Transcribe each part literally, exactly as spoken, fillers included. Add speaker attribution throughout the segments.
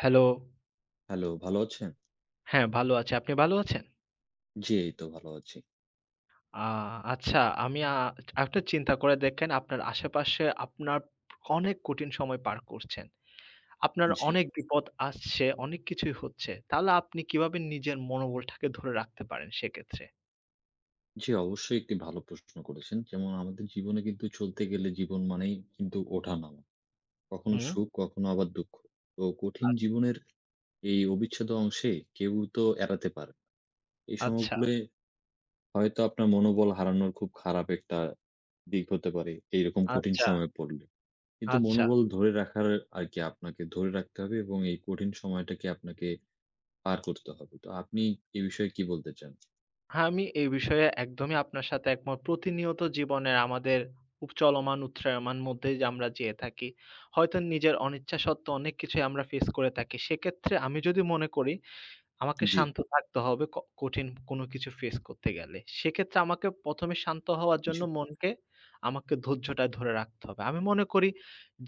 Speaker 1: Hello.
Speaker 2: Hello, ভালো আছেন?
Speaker 1: হ্যাঁ, ভালো আছি। আপনি ভালো আছেন?
Speaker 2: জি, এই তো ভালো আছি।
Speaker 1: আ আচ্ছা। আমি আ একটা চিন্তা করে দেখেন আপনার আশেপাশে আপনার অনেক কঠিন সময় পার করছেন। আপনার
Speaker 2: জি,
Speaker 1: অনেক বিপদ আসছে, অনেক কিছুই হচ্ছে। তাহলে আপনি কিভাবে নিজের মনোবলটাকে ধরে রাখতে পারেন সেক্ষেত্রে?
Speaker 2: জি, অবশ্যই একটি ভালো প্রশ্ন করেছেন। যেমন আমাদের জীবনে কিন্তু চলতে গেলে জীবন মানেই কিন্তু ওঠা-নামা। কখনো
Speaker 1: হুম?
Speaker 2: সুখ, কখনো আবার দুঃখ। তো কঠিন
Speaker 1: আচ্ছা,
Speaker 2: জীবনের এই অবিচ্ছেদ্য অংশে কেউ তো এড়াতে পারে না। এই
Speaker 1: আচ্ছা,
Speaker 2: সময়গুলোয় হয়তো আপনার মনোবল হারানোর খুব খারাপ একটা দিক হতে পারে, এইরকম কঠিন
Speaker 1: আচ্ছা,
Speaker 2: সময়ে পড়লে। কিন্তু
Speaker 1: আচ্ছা।
Speaker 2: মনোবল ধরে রাখার আরকি আপনাকে ধরে রাখতে হবে এবং এই কঠিন সময়টাকে আপনাকে পার করতে হবে। তো আপনি এ বিষয়ে কি বলতে চান?
Speaker 1: আমি এই বিষয়ে একদমই আপনার সাথে একমত। প্রতিনিয়ত জীবনের আমাদের খুব চলমান, উত্রায়মান মধ্যেই যে আমরা যেয়ে থাকি। হয়তো নিজের অনিচ্ছা সত্ত্বেও অনেক কিছুই আমরা ফেস করে থাকি। সেক্ষেত্রে আমি যদি মনে করি আমাকে
Speaker 2: জি।
Speaker 1: শান্ত থাকতে হবে ক কঠিন কোনো কিছু ফেস করতে গেলে। সেক্ষেত্রে আমাকে প্রথম এ শান্ত হওয়ার
Speaker 2: জি,
Speaker 1: জন্য মনকে আমাকে ধৈর্যটা ধরে রাখতে হবে। আমি মনে করি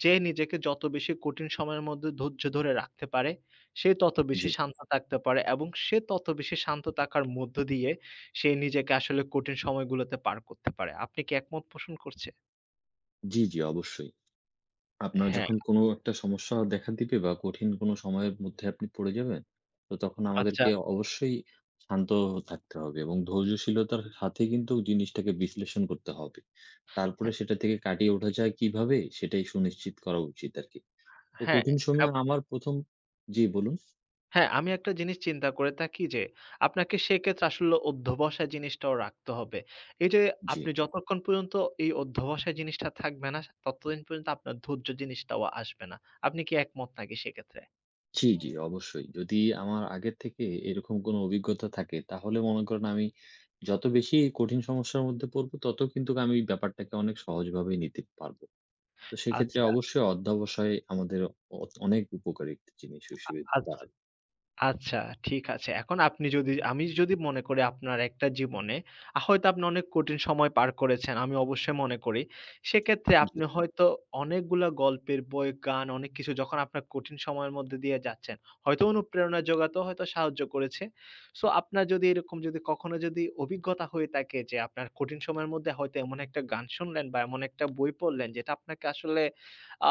Speaker 1: যে নিজেকে যত বেশি কঠিন সময়ের মধ্যে ধৈর্য ধরে রাখতে পারে, সে তত বেশি
Speaker 2: জি,
Speaker 1: শান্ত থাকতে পারে এবং সে তত বেশি শান্ত থাকার মধ্য দিয়ে সে নিজেকে আসলে কঠিন সময়গুলোতে পার করতে পারে। আপনি কি একমত পোষণ করছে?
Speaker 2: জি, জি, অবশ্যই। আপনার
Speaker 1: হ্যাঁ,
Speaker 2: যখন কোনো একটা সমস্যা দেখা দিবে বা কঠিন কোনো সময়ের মধ্যে আপনি পড়ে যাবেন, তো তখন
Speaker 1: আচ্ছা।
Speaker 2: আমাদেরকে অবশ্যই শান্ত থাকতে হবে এবং ধৈর্যশীলতার সাথে কিন্তু জিনিসটাকে বিশ্লেষণ করতে হবে। তারপরে
Speaker 1: হ্যাঁ,
Speaker 2: সেটা থেকে কাটিয়ে ওঠা যায় কিভাবে সেটাই সুনিশ্চিত করা উচিত আরকি। তো কঠিন
Speaker 1: হ্যাঁ।
Speaker 2: সময়ে আমার প্রথম জি, বলুন।
Speaker 1: হ্যাঁ, আমি একটা জিনিস চিন্তা করে থাকি যে, আপনাকে সেক্ষেত্রে আসলে অধ্যবসায় জিনিসটাও রাখতে হবে। এই যে
Speaker 2: জি।
Speaker 1: আপনি যতক্ষণ পর্যন্ত এই অধ্যবসায় জিনিসটা থাকবে না, ততদিন পর্যন্ত আপনার ধৈর্য জিনিসটাও আসবে না। আপনি কি একমত নাকি সেক্ষেত্রে?
Speaker 2: জি, জি, অবশ্যই। যদি আমার আগের থেকে এরকম কোনো অভিজ্ঞতা থাকে, তাহলে মনে করেন আমি যত বেশি কঠিন সমস্যার মধ্যে পড়বো, তত কিন্তু আমি ব্যাপারটাকে অনেক সহজভাবেই নিতে পারবো। তো সেক্ষেত্রে
Speaker 1: আচ্ছা,
Speaker 2: অবশ্যই অধ্যবসায় আমাদের অ অনেক উপকারী একটি জিনিস হিসেবে
Speaker 1: আচ্ছা।
Speaker 2: দাঁড়াবে।
Speaker 1: আচ্ছা, ঠিক আছে। এখন আপনি যদি আমি যদি মনে করি আপনার একটা জীবনে আ হয়তো আপনি অনেক কঠিন সময় পার করেছেন। আমি অবশ্যই মনে করি। সেক্ষেত্রে
Speaker 2: জি,
Speaker 1: আপনি হয়তো অনেকগুলা গল্পের বই, গান অনেক কিছু যখন আপনার কঠিন সময়ের মধ্যে দিয়ে যাচ্ছেন, হয়তো অনুপ্রেরণা জোগাতেও হয়তো সাহায্য করেছে। সো আপনার যদি এরকম যদি কখনো যদি অভিজ্ঞতা হয়ে থাকে যে আপনার কঠিন সময়ের মধ্যে হয়তো এমন একটা গান শুনলেন বা এমন একটা বই পড়লেন যেটা আপনাকে আসলে আ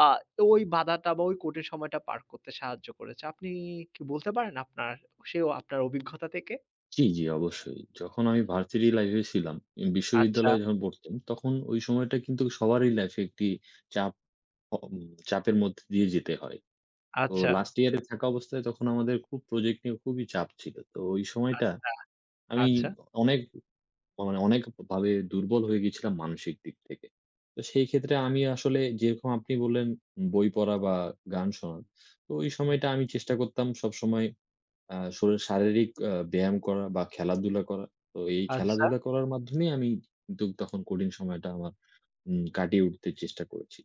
Speaker 1: ওই বাধাটা বা ওই কঠিন সময়টা পার করতে সাহায্য করেছে। আপনি কি বলতে পারেন আপনার সে আপনার অভিজ্ঞতা থেকে?
Speaker 2: জি, জি, অবশ্যই। যখন আমি ভার্সিটি লাইফ এ ছিলাম, উম
Speaker 1: আচ্ছা,
Speaker 2: বিশ্ববিদ্যালয়ে যখন পড়তাম, তখন ওই সময়টা কিন্তু সবারই লাইফে একটি চাপ অ উম চাপের মধ্যে দিয়ে যেতে হয়। তো
Speaker 1: আচ্ছা,
Speaker 2: লাস্ট ইয়ারে থাকা অবস্থায় তখন আমাদের খুব প্রজেক্ট নিয়ে খুবই চাপ ছিল। তো ওই সময়টা
Speaker 1: আ
Speaker 2: আমি
Speaker 1: আচ্ছা,
Speaker 2: অনেক মানে অনেকভাবে দুর্বল হয়ে গেছিলাম মানসিক দিক থেকে। তো সেই ক্ষেত্রে আমি আসলে যেরকম আপনি বললেন বই পড়া বা গান শোনা। তো ওই
Speaker 1: হুম,
Speaker 2: সময়টা আমি চেষ্টা করতাম সবসময় আ শরী শারীরিক আ ব্যায়াম করা বা খেলাধুলা করা। তো এই
Speaker 1: আচ্ছা,
Speaker 2: খেলাধুলা করার মাধ্যমেই আমি কিন্তু তখন কঠিন সময়টা আমার উম কাটিয়ে উঠতে চেষ্টা করেছি।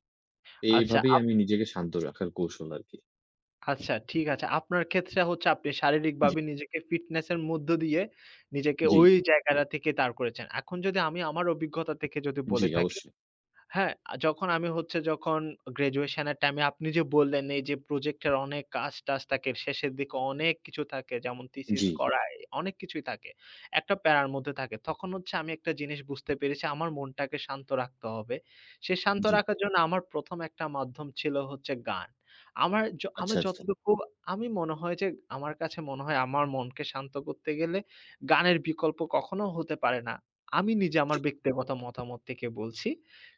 Speaker 2: তো
Speaker 1: আচ্ছা,
Speaker 2: এভাবেই
Speaker 1: আপ
Speaker 2: আমি নিজেকে শান্ত রাখার কৌশল আরকি।
Speaker 1: আচ্ছা, ঠিক আছে। আপনার ক্ষেত্রে হচ্ছে আপনি
Speaker 2: জি,
Speaker 1: শারীরিকভাবে নিজেকে ফিটনেস এর মধ্য দিয়ে নিজেকে
Speaker 2: জি,
Speaker 1: ওই
Speaker 2: জি,
Speaker 1: জায়গাটা থেকে দাঁড় করেছেন। এখন যদি আমি আমার অভিজ্ঞতা থেকে যদি
Speaker 2: জি
Speaker 1: বলে থাকি
Speaker 2: অবশ্যই।
Speaker 1: হ্যাঁ, আ যখন আমি হচ্ছে যখন গ্র্যাজুয়েশন এর টাইমে আপনি যে বললেন এই যে প্রজেক্টের অনেক কাজ-টাজ থাকে, শেষের দিকে অনেক কিছু থাকে যেমন থিসিস
Speaker 2: জি,
Speaker 1: করা এ অনেক কিছুই থাকে। একটা প্যারার মধ্যে থাকে। তখন হচ্ছে আমি একটা জিনিস বুঝতে পেরেছি আমার মনটাকে শান্ত রাখতে হবে। সে শান্ত
Speaker 2: জি।
Speaker 1: রাখার জন্য আমার প্রথম একটা মাধ্যম ছিল হচ্ছে গান। আমার য আমার
Speaker 2: আচ্ছা, আচ্ছা।
Speaker 1: যতটুকু আমি মনে হয় যে আমার কাছে মনে হয় আমার মনকে শান্ত করতে গেলে গানের বিকল্প কখনো হতে পারে না। আমি নিজে
Speaker 2: জি,
Speaker 1: আমার ব্যক্তিগত মতামত থেকে বলছি।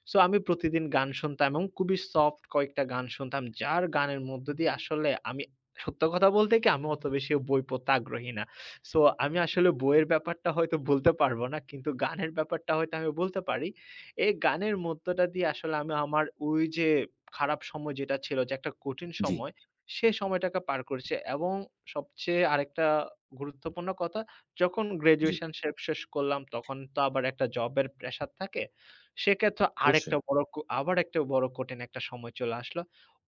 Speaker 1: সো আমি প্রতিদিন গান শুনতাম এবং খুবই সফট কয়েকটা গান শুনতাম। যার গানের মধ্য দিয়ে আসলে আমি সত্য কথা বলতে কি আমি অত বেশি বই পড়তে আগ্রহী না। সো আমি আসলে বইয়ের ব্যাপারটা হয়তো বলতে পারব না। কিন্তু গানের ব্যাপারটা হয়তো আমি বলতে পারি। এই গানের মধ্যটা দিয়ে আসলে আমি আমার ওই যে খারাপ সময় যেটা ছিল যে একটা কঠিন
Speaker 2: জি,
Speaker 1: সময়, সে সময়টাকে পার করেছি এবং সবচেয়ে আরেকটা গুরুত্বপূর্ণ কথা যখন
Speaker 2: জি।
Speaker 1: গ্র্যাজুয়েশন শে শেষ করলাম তখন তো আবার একটা জবের প্রেশার থাকে। সেক্ষেত্রে আরেকটা
Speaker 2: অবশ্যই।
Speaker 1: বড় ক আবার একটা বড় কঠিন একটা সময় চলে আসলো।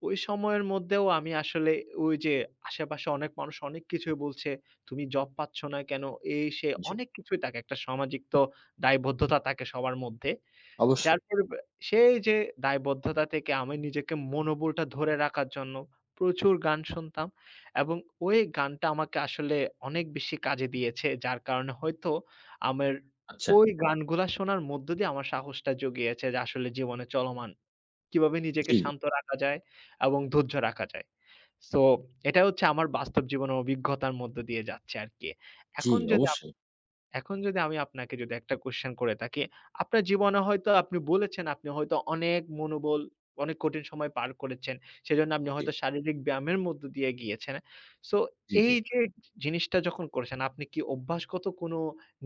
Speaker 1: ওই সময়ের মধ্যেও আমি আসলে ওই যে আশেপাশে অনেক মানুষ অনেক কিছুই বলছে, "তুমি জব পাচ্ছ না কেন?" এই সেই
Speaker 2: জি,
Speaker 1: অনেক কিছুই থাকে। একটা সামাজিক তো দায়বদ্ধতা থাকে সবার মধ্যে। যার
Speaker 2: অবশ্যই।
Speaker 1: পরি সেই যে দায়বদ্ধতা থেকে আমি নিজেকে মনোবলটা ধরে রাখার জন্য প্রচুর গান শুনতাম এবং ওই গানটা আমাকে আসলে অনেক বেশি কাজে দিয়েছে। যার কারণে হয়তো আমার
Speaker 2: আচ্ছা।
Speaker 1: ওই গানগুলা শোনার মধ্য দিয়ে আমার সাহসটা জুগিয়েছে যে আসলে জীবনে চলমান কিভাবে নিজেকে
Speaker 2: জি,
Speaker 1: শান্ত রাখা যায় এবং ধৈর্য রাখা যায়। সো এটা হচ্ছে আমার বাস্তব জীবনের অভিজ্ঞতার মধ্য দিয়ে যাচ্ছে আরকি।
Speaker 2: জি,
Speaker 1: এখন যদি
Speaker 2: অবশ্যই।
Speaker 1: এখন যদি আমি আপনাকে যদি একটা কোয়েশ্চেন করে থাকি, আপনার জীবনে হয়তো আপনি বলেছেন আপনি হয়তো অনেক মনোবল, অনেক কঠিন সময় পার করেছেন। সেজন্য আপনি
Speaker 2: জি,
Speaker 1: হয়তো শারীরিক ব্যায়ামের মধ্য দিয়ে গিয়েছেন। সো
Speaker 2: জি, জি।
Speaker 1: এই যে জিনিসটা যখন করেছেন, আপনি কি অভ্যাসগত কোনো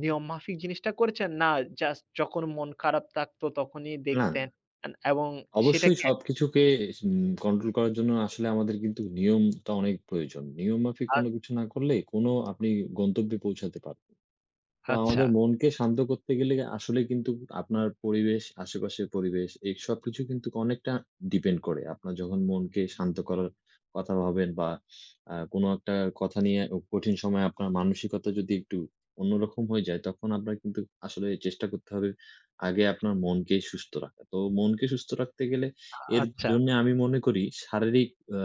Speaker 1: নিয়ম মাফিক জিনিসটা করেছেন? না জাস্ট যখন মন খারাপ থাকতো তখনই
Speaker 2: না, না।
Speaker 1: দেখতেন এন এবং
Speaker 2: অবশ্যই
Speaker 1: সেটাকে
Speaker 2: সবকিছুকে উম কন্ট্রোল করার জন্য আসলে আমাদের কিন্তু নিয়মটা অনেক প্রয়োজন। নিয়ম মাফিক
Speaker 1: আ
Speaker 2: কোনো কিছু না করলে কোনো আপনি গন্তব্যে পৌঁছাতে পারবেন না। তো
Speaker 1: আচ্ছা,
Speaker 2: আমাদের মনকে শান্ত করতে গেলে আসলে কিন্তু আপনার পরিবেশ, আশেপাশের পরিবেশ এই সবকিছু কিন্তু অনেকটা ডিপেন্ড করে। আপনার যখন মনকে শান্ত করার কথা ভাবেন বা আ কোনো একটা কথা নিয়ে ও কঠিন সময়ে আপনার মানসিকতা যদি একটু অন্যরকম হয়ে যায়, তখন আপনার কিন্তু আসলে চেষ্টা করতে হবে আগে আপনার মনকে সুস্থ রাখা। তো মনকে সুস্থ রাখতে গেলে এর
Speaker 1: আচ্ছা,
Speaker 2: জন্যে আমি মনে করি শারীরিক আ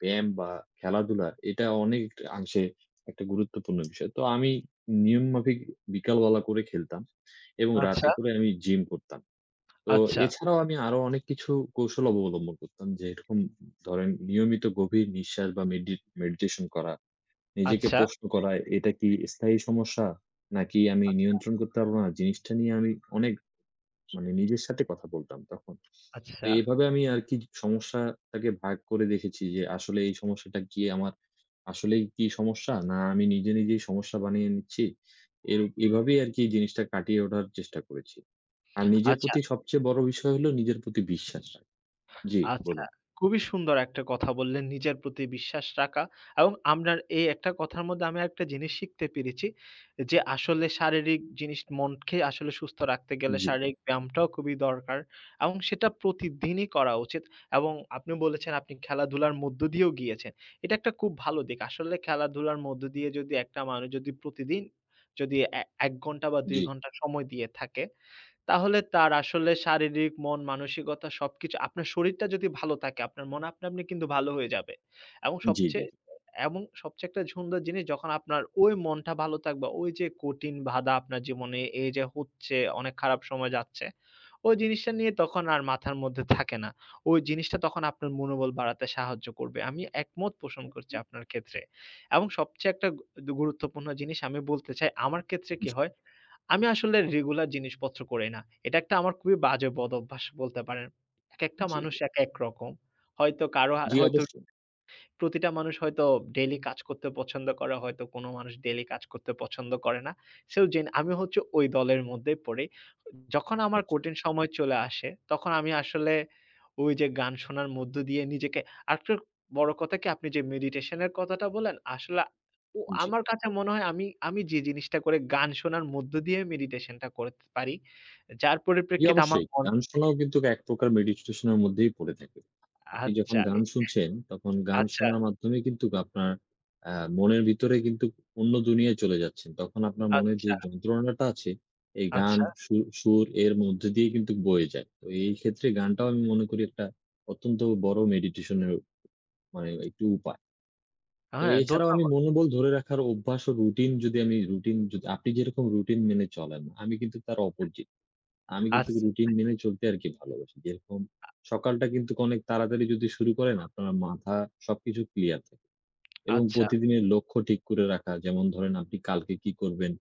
Speaker 2: ব্যায়াম বা খেলাধুলা এটা অনেক অংশে একটা গুরুত্বপূর্ণ বিষয়। তো আমি নিয়মমাফিক বিকালবেলা করে খেলতাম এবং
Speaker 1: আচ্ছা,
Speaker 2: রাতে করে আমি জিম করতাম।
Speaker 1: আচ্ছা,
Speaker 2: তো
Speaker 1: আচ্ছা,
Speaker 2: এছাড়াও আমি আরো অনেক কিছু কৌশল অবলম্বন করতাম। যেরকম ধরেন নিয়মিত গভীর নিঃশ্বাস বা মেডি মেডিটেশন করা, নিজেকে
Speaker 1: আচ্ছা,
Speaker 2: প্রশ্ন করা, এটা কি স্থায়ী সমস্যা? নাকি আমি নিয়ন্ত্রণ করতে পারব না? জিনিসটা নিয়ে আমি অনেক মানে নিজের সাথে কথা বলতাম তখন। তো
Speaker 1: আচ্ছা,
Speaker 2: এভাবে আমি আরকি সমস্যাটাকে ভাগ করে দেখেছি যে আসলে এই সমস্যাটা কি আমার আসলেই কি সমস্যা? না আমি নিজে, নিজেই সমস্যা বানিয়ে নিচ্ছি। এর এভাবেই আরকি জিনিসটা কাটিয়ে ওঠার চেষ্টা করেছি। আর নিজের
Speaker 1: আচ্ছা।
Speaker 2: প্রতি সবচেয়ে বড় বিষয় হলো নিজের প্রতি বিশ্বাস রাখা। জি,
Speaker 1: আচ্ছা,
Speaker 2: বলুন।
Speaker 1: খুবই সুন্দর একটা কথা বললেন, নিজের প্রতি বিশ্বাস রাখা এবং আপনার এই একটা কথার মধ্যে আমি একটা জিনিস শিখতে পেরেছি যে, আসলে শারীরিক জিনিস মনকে আসলে সুস্থ রাখতে গেলে
Speaker 2: জি,
Speaker 1: শারীরিক ব্যায়ামটাও খুবই দরকার এবং সেটা প্রতিদিনই করা উচিত এবং আপনি বলেছেন আপনি খেলাধুলার মধ্য দিয়েও গিয়েছেন। এটা একটা খুব ভালো দিক। আসলে খেলাধুলার মধ্য দিয়ে যদি একটা মানুষ যদি প্রতিদিন যদি এ এক ঘন্টা বা দুই
Speaker 2: জি,
Speaker 1: ঘন্টা সময় দিয়ে থাকে তাহলে তার আসলে শারীরিক, মন, মানসিকতা সবকিছু আপনার শরীরটা যদি ভালো থাকে, আপনার মন আপনা আপনি কিন্তু ভালো হয়ে যাবে। এবং
Speaker 2: জি, জি,
Speaker 1: সবচেয়ে
Speaker 2: জি,
Speaker 1: এবং সবচেয়ে একটা সুন্দর জিনিস যখন আপনার ওই মনটা ভালো থাকবে, ওই যে কঠিন বাধা আপনার জীবনে এই যে হচ্ছে, অনেক খারাপ সময় যাচ্ছে, ওই জিনিসটা নিয়ে তখন আর মাথার মধ্যে থাকে না। ওই জিনিসটা তখন আপনার মনোবল বাড়াতে সাহায্য করবে। আমি একমত পোষণ করছি আপনার ক্ষেত্রে। এবং সবচেয়ে একটা গু গুরুত্বপূর্ণ জিনিস আমি বলতে চাই, আমার ক্ষেত্রে কি
Speaker 2: জি,
Speaker 1: হয় আমি আসলে রেগুলার জিনিসপত্র করি না। এটা একটা আমার খুবই বাজে বদঅভ্যাস বলতে পারেন। একেকটা
Speaker 2: জি,
Speaker 1: মানুষ
Speaker 2: জি,
Speaker 1: একেক রকম। হয়তো কারো হা
Speaker 2: জি,
Speaker 1: হয়তো
Speaker 2: অবশ্যই।
Speaker 1: প্রতিটা মানুষ হয়তো ডেইলি কাজ করতে পছন্দ করে, হয়তো কোনো মানুষ ডেইলি কাজ করতে পছন্দ করে না। সো জেন আমি হচ্ছে ওই দলের মধ্যেই পড়ি। যখন আমার
Speaker 2: আচ্ছা,
Speaker 1: কঠিন সময় চলে আসে, তখন আমি আসলে ওই যে গান শোনার মধ্য দিয়ে নিজেকে আরেকটা বড় কথা কি আপনি যে মেডিটেশন এর কথাটা বললেন, আসলে ও
Speaker 2: জি।
Speaker 1: আমার কাছে মনে হয় আমি আমি যে জিনিসটা করে গান শোনার মধ্য দিয়ে মেডিটেশনটা করতে পারি। যার
Speaker 2: জি,
Speaker 1: পরিপ্রেক্ষিতে আমার
Speaker 2: অবশ্যই।
Speaker 1: মন
Speaker 2: গান শোনাও কিন্তু এক প্রকার মেডিটেশন এর মধ্যেই পড়ে থাকে। আপনি যখন
Speaker 1: আচ্ছা, এ
Speaker 2: গান শুনছেন, তখন গান
Speaker 1: আচ্ছা,
Speaker 2: শোনার মাধ্যমে কিন্তু আপনার আ মনের ভিতরে কিন্তু অন্য দুনিয়ায় চলে যাচ্ছেন। তখন আপনার মনে যে
Speaker 1: আচ্ছা,
Speaker 2: যন্ত্রণাটা আছে, এই গান,
Speaker 1: আচ্ছা।
Speaker 2: সু সুর এর মধ্যে দিয়ে কিন্তু বয়ে যায়। তো এই ক্ষেত্রে গানটাও আমি মনে করি একটা অত্যন্ত বড় মেডিটেশন এর মানে একটি উপায়। তো
Speaker 1: হ্যাঁ,
Speaker 2: এছাড়াও আমি
Speaker 1: ধন্যবাদ।
Speaker 2: মনোবল ধরে রাখার অভ্যাস ও রুটিন যদি আমি রুটিন যদি আপনি যেরকম রুটিন মেনে চলেন, আমি কিন্তু তার অপোজিট। আমি কিন্তু
Speaker 1: আছ
Speaker 2: রুটিন মেনে চলতে আরকি ভালোবাসি। যেরকম সকালটা কিন্তু অনেক তাড়াতাড়ি যদি শুরু করেন আপনার মাথা সবকিছু ক্লিয়ার থাকে এবং
Speaker 1: আচ্ছা।
Speaker 2: প্রতিদিনের লক্ষ্য ঠিক করে রাখা যেমন ধরেন আপনি কালকে কি করবেন?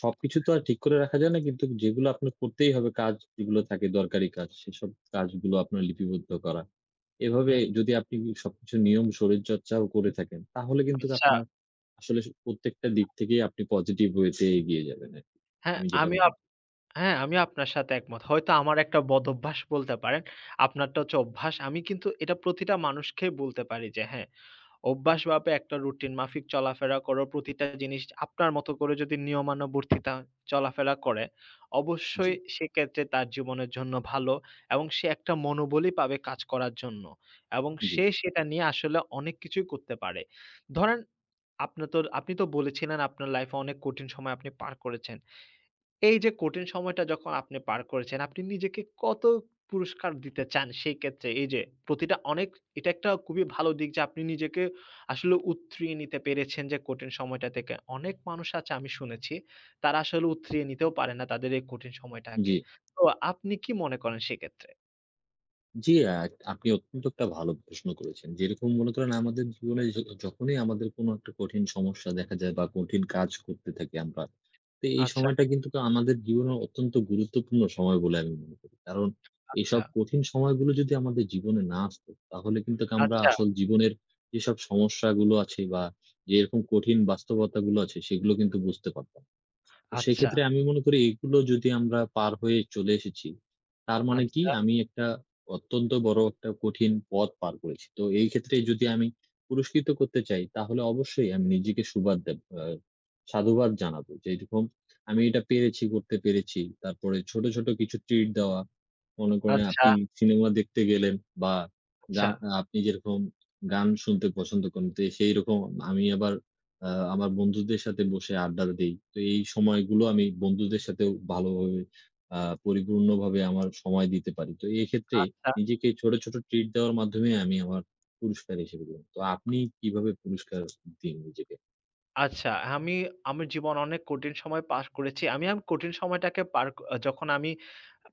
Speaker 2: সবকিছু তো আর ঠিক করে রাখা যায় না কিন্তু যেগুলো আপনার করতেই হবে কাজ যেগুলো থাকে দরকারি কাজ সেসব কাজগুলো আপনার লিপিবদ্ধ করা। এভাবে
Speaker 1: হুম,
Speaker 2: যদি আপনি সবকিছু নিয়ম শরীরচর্চাও করে থাকেন তাহলে কিন্তু
Speaker 1: আচ্ছা।
Speaker 2: আপনার আসলে প্রত্যেকটা দিক থেকেই আপনি পজিটিভ ওয়েতে এগিয়ে যাবেন আরকি।
Speaker 1: হ্যাঁ,
Speaker 2: আমি যেটা
Speaker 1: আমিও
Speaker 2: মনে
Speaker 1: আপ
Speaker 2: করি।
Speaker 1: হ্যাঁ, আমিও আপনার সাথে একমত। হয়তো আমার একটা বদভ্যাস বলতে পারেন। আপনারটা হচ্ছে অভ্যাস। আমি কিন্তু এটা প্রতিটা মানুষকে বলতে পারি যে হ্যাঁ, অভ্যাসভাবে একটা রুটিন মাফিক চলাফেরা করো। প্রতিটা জিনিস আপনার মতো করে যদি নিয়মানুবর্তিতা চলাফেরা করে,
Speaker 2: জি,
Speaker 1: অবশ্যই সেক্ষেত্রে তার জীবনের জন্য ভালো এবং সে একটা মনোবলই পাবে কাজ করার জন্য। এবং
Speaker 2: জি,
Speaker 1: সে সেটা নিয়ে আসলে অনেক কিছুই করতে পারে। ধরেন, আপনি তো আপনি তো বলেছিলেন আপনার লাইফে অনেক কঠিন সময় আপনি পার করেছেন। এই যে কঠিন সময়টা যখন আপনি পার করেছেন, আপনি নিজেকে কত পুরস্কার দিতে চান সেই ক্ষেত্রে? এই যে প্রতিটা অনেক এটা একটা খুবই ভালো দিক যে আপনি নিজেকে আসলে উতরিয়ে নিতে পেরেছেন যে কঠিন সময়টা থেকে। অনেক মানুষ আছে আমি শুনেছি, তারা আসলে উতরিয়ে নিতেও পারে না তাদের এই কঠিন সময়টাকে।
Speaker 2: জি।
Speaker 1: তো আপনি কি মনে করেন সেক্ষেত্রে?
Speaker 2: জি, আ আপনি অত্যন্ত একটা ভালো প্রশ্ন করেছেন। যেরকম মনে করেন আমাদের জীবনে য যখনই আমাদের কোনো একটা কঠিন সমস্যা দেখা যায় বা কঠিন কাজ করতে থাকি আমরা, তো এই
Speaker 1: আচ্ছা,
Speaker 2: সময়টা কিন্তু কা- আমাদের জীবনের অত্যন্ত গুরুত্বপূর্ণ সময় বলে আমি মনে করি। কারণ
Speaker 1: আচ্ছা,
Speaker 2: এইসব কঠিন সময়গুলো যদি আমাদের জীবনে না আসতো, তাহলে কিন্তু আমরা
Speaker 1: আচ্ছা,
Speaker 2: আসল জীবনের যেসব সমস্যাগুলো আছে বা যেরকম কঠিন বাস্তবতাগুলো আছে, সেগুলো কিন্তু বুঝতে পারতাম না। তো
Speaker 1: আচ্ছা,
Speaker 2: সেক্ষেত্রে আমি মনে করি এগুলো যদি আমরা পার হয়ে চলে এসেছি, তার মানে কি
Speaker 1: আচ্ছা,
Speaker 2: আমি একটা অত্যন্ত বড় একটা কঠিন পথ পার করেছি। তো এই ক্ষেত্রে যদি আমি পুরস্কৃত করতে চাই তাহলে অবশ্যই আমি নিজেকে সুবাদ দেব আ সাধুবাদ জানাবো। যেরকম আমি এটা পেরেছি, করতে পেরেছি। তারপরে ছোট, ছোট কিছু ট্রিট দেওয়া। মনে করেন
Speaker 1: আচ্ছা,
Speaker 2: আপনি সিনেমা দেখতে গেলেন বা গা
Speaker 1: আচ্ছা,
Speaker 2: আপনি যেরকম গান শুনতে পছন্দ করেন, তো সেইরকম আমি আবার আ আমার বন্ধুদের সাথে বসে আড্ডা দেই। তো এই সময়গুলো আমি বন্ধুদের সাথেও ভালোভাবে আ পরিপূর্ণভাবে আমার সময় দিতে পারি। তো এক্ষেত্রে
Speaker 1: আচ্ছা,
Speaker 2: নিজেকে ছোট, ছোট ট্রিট দেওয়ার মাধ্যমে আমি আমার পুরস্কার হিসেবে দিলাম। তো আপনি কিভাবে পুরস্কার দিন নিজেকে?
Speaker 1: আচ্ছা। আমি আমার জীবনে অনেক কঠিন সময় পাস করেছি। আমি আম কঠিন সময়টাকে পার ক যখন আমি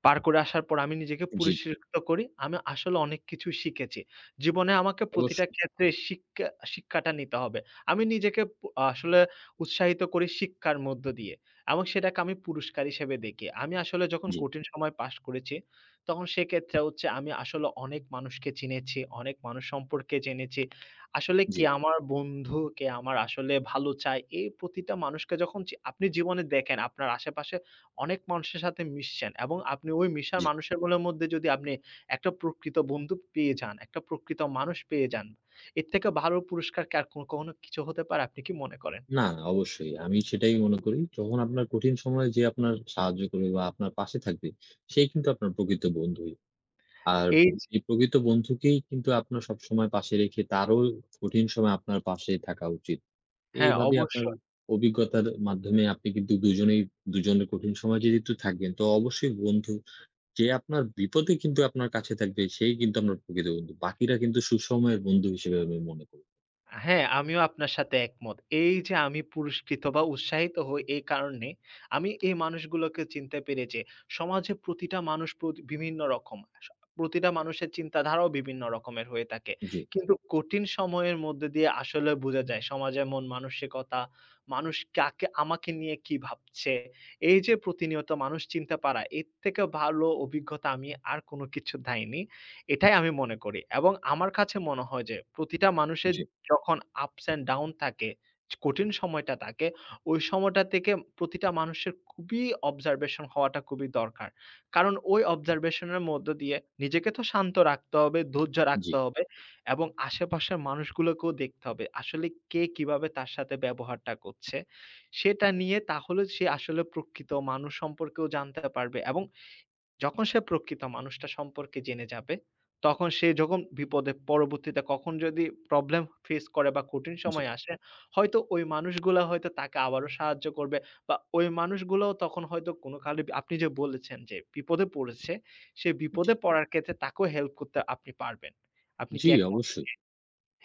Speaker 1: পার করে আসার পর আমি নিজেকে
Speaker 2: জি।
Speaker 1: পুরস্কৃত করি। আমি আসলে অনেক কিছু শিখেছি। জীবনে আমাকে প্রতিটা
Speaker 2: অবশ্যই।
Speaker 1: ক্ষেত্রে শিক্ষা শিক্ষাটা নিতে হবে। আমি নিজেকে পু আসলে উৎসাহিত করি শিক্ষার মধ্য দিয়ে এবং সেটাকে আমি পুরস্কার হিসেবে দেখি। আমি আসলে যখন
Speaker 2: জি,
Speaker 1: কঠিন সময় পাস করেছি, তখন সেক্ষেত্রে হচ্ছে আমি আসলে অনেক মানুষকে চিনেছি, অনেক মানুষ সম্পর্কে জেনেছি। আসলে কে
Speaker 2: জি,
Speaker 1: আমার বন্ধু, কে আমার আসলে ভালো চায়, এই প্রতিটা মানুষকে যখন চি আপনি জীবনে দেখেন, আপনার আশেপাশে অনেক মানুষের সাথে মিশছেন এবং আপনি ওই মিশার
Speaker 2: জি।
Speaker 1: মানুষেরগুলোর মধ্যে যদি আপনি একটা প্রকৃত বন্ধু পেয়ে যান, একটা প্রকৃত মানুষ পেয়ে যান, এর থেকে ভালো পুরস্কার কি আর কোনো- কখনো কিছু হতে পারে? আপনি কি মনে করেন?
Speaker 2: না, অবশ্যই। আমি সেটাই মনে করি। যখন আপনার কঠিন সময়ে যে আপনার সাহায্য করবে বা আপনার পাশে থাকবে, সেই কিন্তু আপনার প্রকৃত বন্ধুই। আর
Speaker 1: এই যে
Speaker 2: এই প্রকৃত বন্ধুকেই কিন্তু আপনার সবসময় পাশে রেখে তারও কঠিন সময়ে আপনার পাশে থাকা উচিত।
Speaker 1: হ্যাঁ,
Speaker 2: এইভাবেই আপনার
Speaker 1: অবশ্যই।
Speaker 2: অভিজ্ঞতার মাধ্যমে আপনি কিন্তু দুজনেই দুজনের কঠিন সময়ে যদি একটু থাকবেন, তো অবশ্যই বন্ধু যে আপনার বিপদে কিন্তু আপনার কাছে থাকবে, সেই কিন্তু আপনার প্রকৃত বন্ধু। বাকিরা কিন্তু সুসময়ের বন্ধু হিসেবে আমি মনে করি।
Speaker 1: হ্যাঁ, আমিও আপনার সাথে একমত। এই যে আমি পুরস্কৃত বা উৎসাহিত হই এই কারণে, আমি এই মানুষগুলোকে চিনতে পেরে যে সমাজে প্রতিটা মানুষ প্রতি বিভিন্ন রকম। স প্রতিটা মানুষের চিন্তাধারাও বিভিন্ন রকমের হয়ে থাকে।
Speaker 2: জি,
Speaker 1: কিন্তু কঠিন সময়ের মধ্যে দিয়ে আসলে বোঝা যায় সমাজের মন মানসিকতা, মানুষ কাকে আমাকে নিয়ে কি ভাবছে। এই যে প্রতিনিয়ত মানুষ চিনতে পারা, এর থেকে ভালো অভিজ্ঞতা আমি আর কোনো কিছু দেয়নি। এটাই আমি মনে করি। এবং আমার কাছে মনে হয় যে প্রতিটা মানুষের
Speaker 2: জি,
Speaker 1: যখন ups and down থাকে, কঠিন সময়টা থাকে, ওই সময়টা থেকে প্রতিটা মানুষের খুবই observation হওয়াটা খুবই দরকার। কারণ ওই observation এর মধ্য দিয়ে নিজেকে তো শান্ত রাখতে হবে, ধৈর্য
Speaker 2: জি,
Speaker 1: রাখতে হবে এবং আশেপাশের মানুষগুলোকেও দেখতে হবে। আসলে কে কিভাবে তার সাথে ব্যবহারটা করছে, সেটা নিয়ে তাহলে সে আসলে প্রকৃত মানুষ সম্পর্কেও জানতে পারবে এবং যখন সে প্রকৃত মানুষটা সম্পর্কে জেনে যাবে, তখন সে যখন বিপদে পরবর্তীতে কখন যদি প্রবলেম ফেস করে বা কঠিন
Speaker 2: জি,
Speaker 1: সময় আসে, হয়তো ওই মানুষগুলা হয়তো তাকে আবারও সাহায্য করবে বা ওই মানুষগুলোও তখন হয়তো কোনো কালে আপনি যে বলেছেন যে বিপদে পড়েছে, সে বিপদে
Speaker 2: জি,
Speaker 1: পড়ার ক্ষেত্রে তাকেও হেল্প করতে আপনি পারবেন। আপনি কি
Speaker 2: জি,
Speaker 1: একমত?
Speaker 2: অবশ্যই।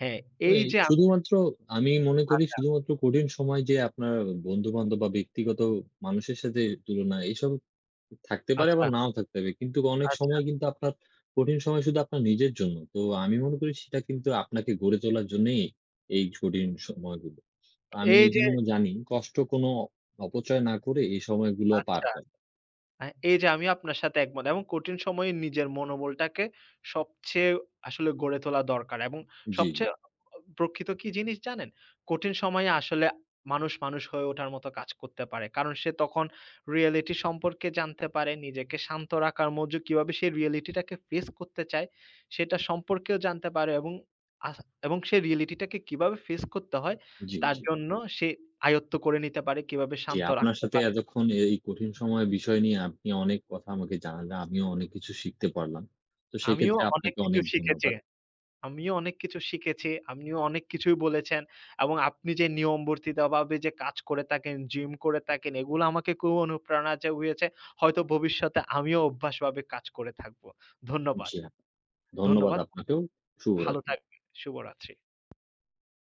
Speaker 1: হ্যাঁ,
Speaker 2: তো
Speaker 1: এই
Speaker 2: এই
Speaker 1: যে আ
Speaker 2: শুধুমাত্র আমি মনে করি
Speaker 1: আচ্ছা,
Speaker 2: শুধুমাত্র কঠিন সময় যে আপনার বন্ধু-বান্ধব বা ব্যক্তিগত মানুষের সাথে তুলনা এসব থাকতে পারে
Speaker 1: আচ্ছা,
Speaker 2: আবার নাও থাকতে পারে। কিন্তু অনেক
Speaker 1: আচ্ছা।
Speaker 2: সময় কিন্তু আপনার কঠিন সময় শুধু আপনার নিজের জন্য। তো আমি মনে করি সেটা কিন্তু আপনাকে গড়ে তোলার জন্যেই এই কঠিন সময়গুলো। আমি
Speaker 1: এই যে
Speaker 2: এজন্য জানি কষ্ট কোনো অপচয় না করে এই সময়গুলো পার
Speaker 1: আচ্ছা।
Speaker 2: করা।
Speaker 1: আ এই যে আমিও আপনার সাথে একমত এবং কঠিন সময়ে নিজের মনোবলটাকে সবচেয়ে আসলে গড়ে তোলা দরকার এবং
Speaker 2: জি, জি,
Speaker 1: সবচেয়ে প্রকৃত কি জিনিস জানেন? কঠিন সময়ে আসলে মানুষ, মানুষ হয়ে ওঠার মতো কাজ করতে পারে। কারণ সে তখন রিয়েলিটি সম্পর্কে জানতে পারে, নিজেকে শান্ত রাখার মধ্যে কিভাবে সে রিয়েলিটিটাকে ফেস করতে চায়, সেটা সম্পর্কেও জানতে পারে এবং আস এবং সে রিয়েলিটিটাকে কিভাবে ফেস করতে হয়,
Speaker 2: জি,
Speaker 1: তার
Speaker 2: জি।
Speaker 1: জন্য সে আয়ত্ত করে নিতে পারে, কিভাবে
Speaker 2: জি,
Speaker 1: শান্ত
Speaker 2: আপনার
Speaker 1: রাখতে
Speaker 2: সাথে
Speaker 1: পারে।
Speaker 2: এতক্ষণ এই কঠিন সময়ের বিষয় নিয়ে আপনি অনেক কথা আমাকে জানালেন। আমিও অনেক কিছু শিখতে পারলাম। তো
Speaker 1: আমিও
Speaker 2: সেক্ষেত্রে
Speaker 1: অনেক
Speaker 2: আপনাকে
Speaker 1: কিছু
Speaker 2: অনেক
Speaker 1: শিখেছি।
Speaker 2: ধন্যবাদ।
Speaker 1: আমিও অনেক কিছু শিখেছি। আপনিও অনেক কিছুই বলেছেন এবং আপনি যে নিয়মবর্তিতাভাবে যে কাজ করে থাকেন, জিম করে থাকেন, এগুলো আমাকে খুব অনুপ্রেরণা জুগিয়েছে। হয়তো ভবিষ্যতে আমিও অভ্যাসভাবে কাজ করে থাকব। ধন্যবাদ।
Speaker 2: জি, হ্যাঁ, ধন্যবাদ
Speaker 1: ধন্যবাদ।
Speaker 2: আপনাকেও।
Speaker 1: ভালো
Speaker 2: শুভরাত্রি।
Speaker 1: থাকবেন। শুভরাত্রি।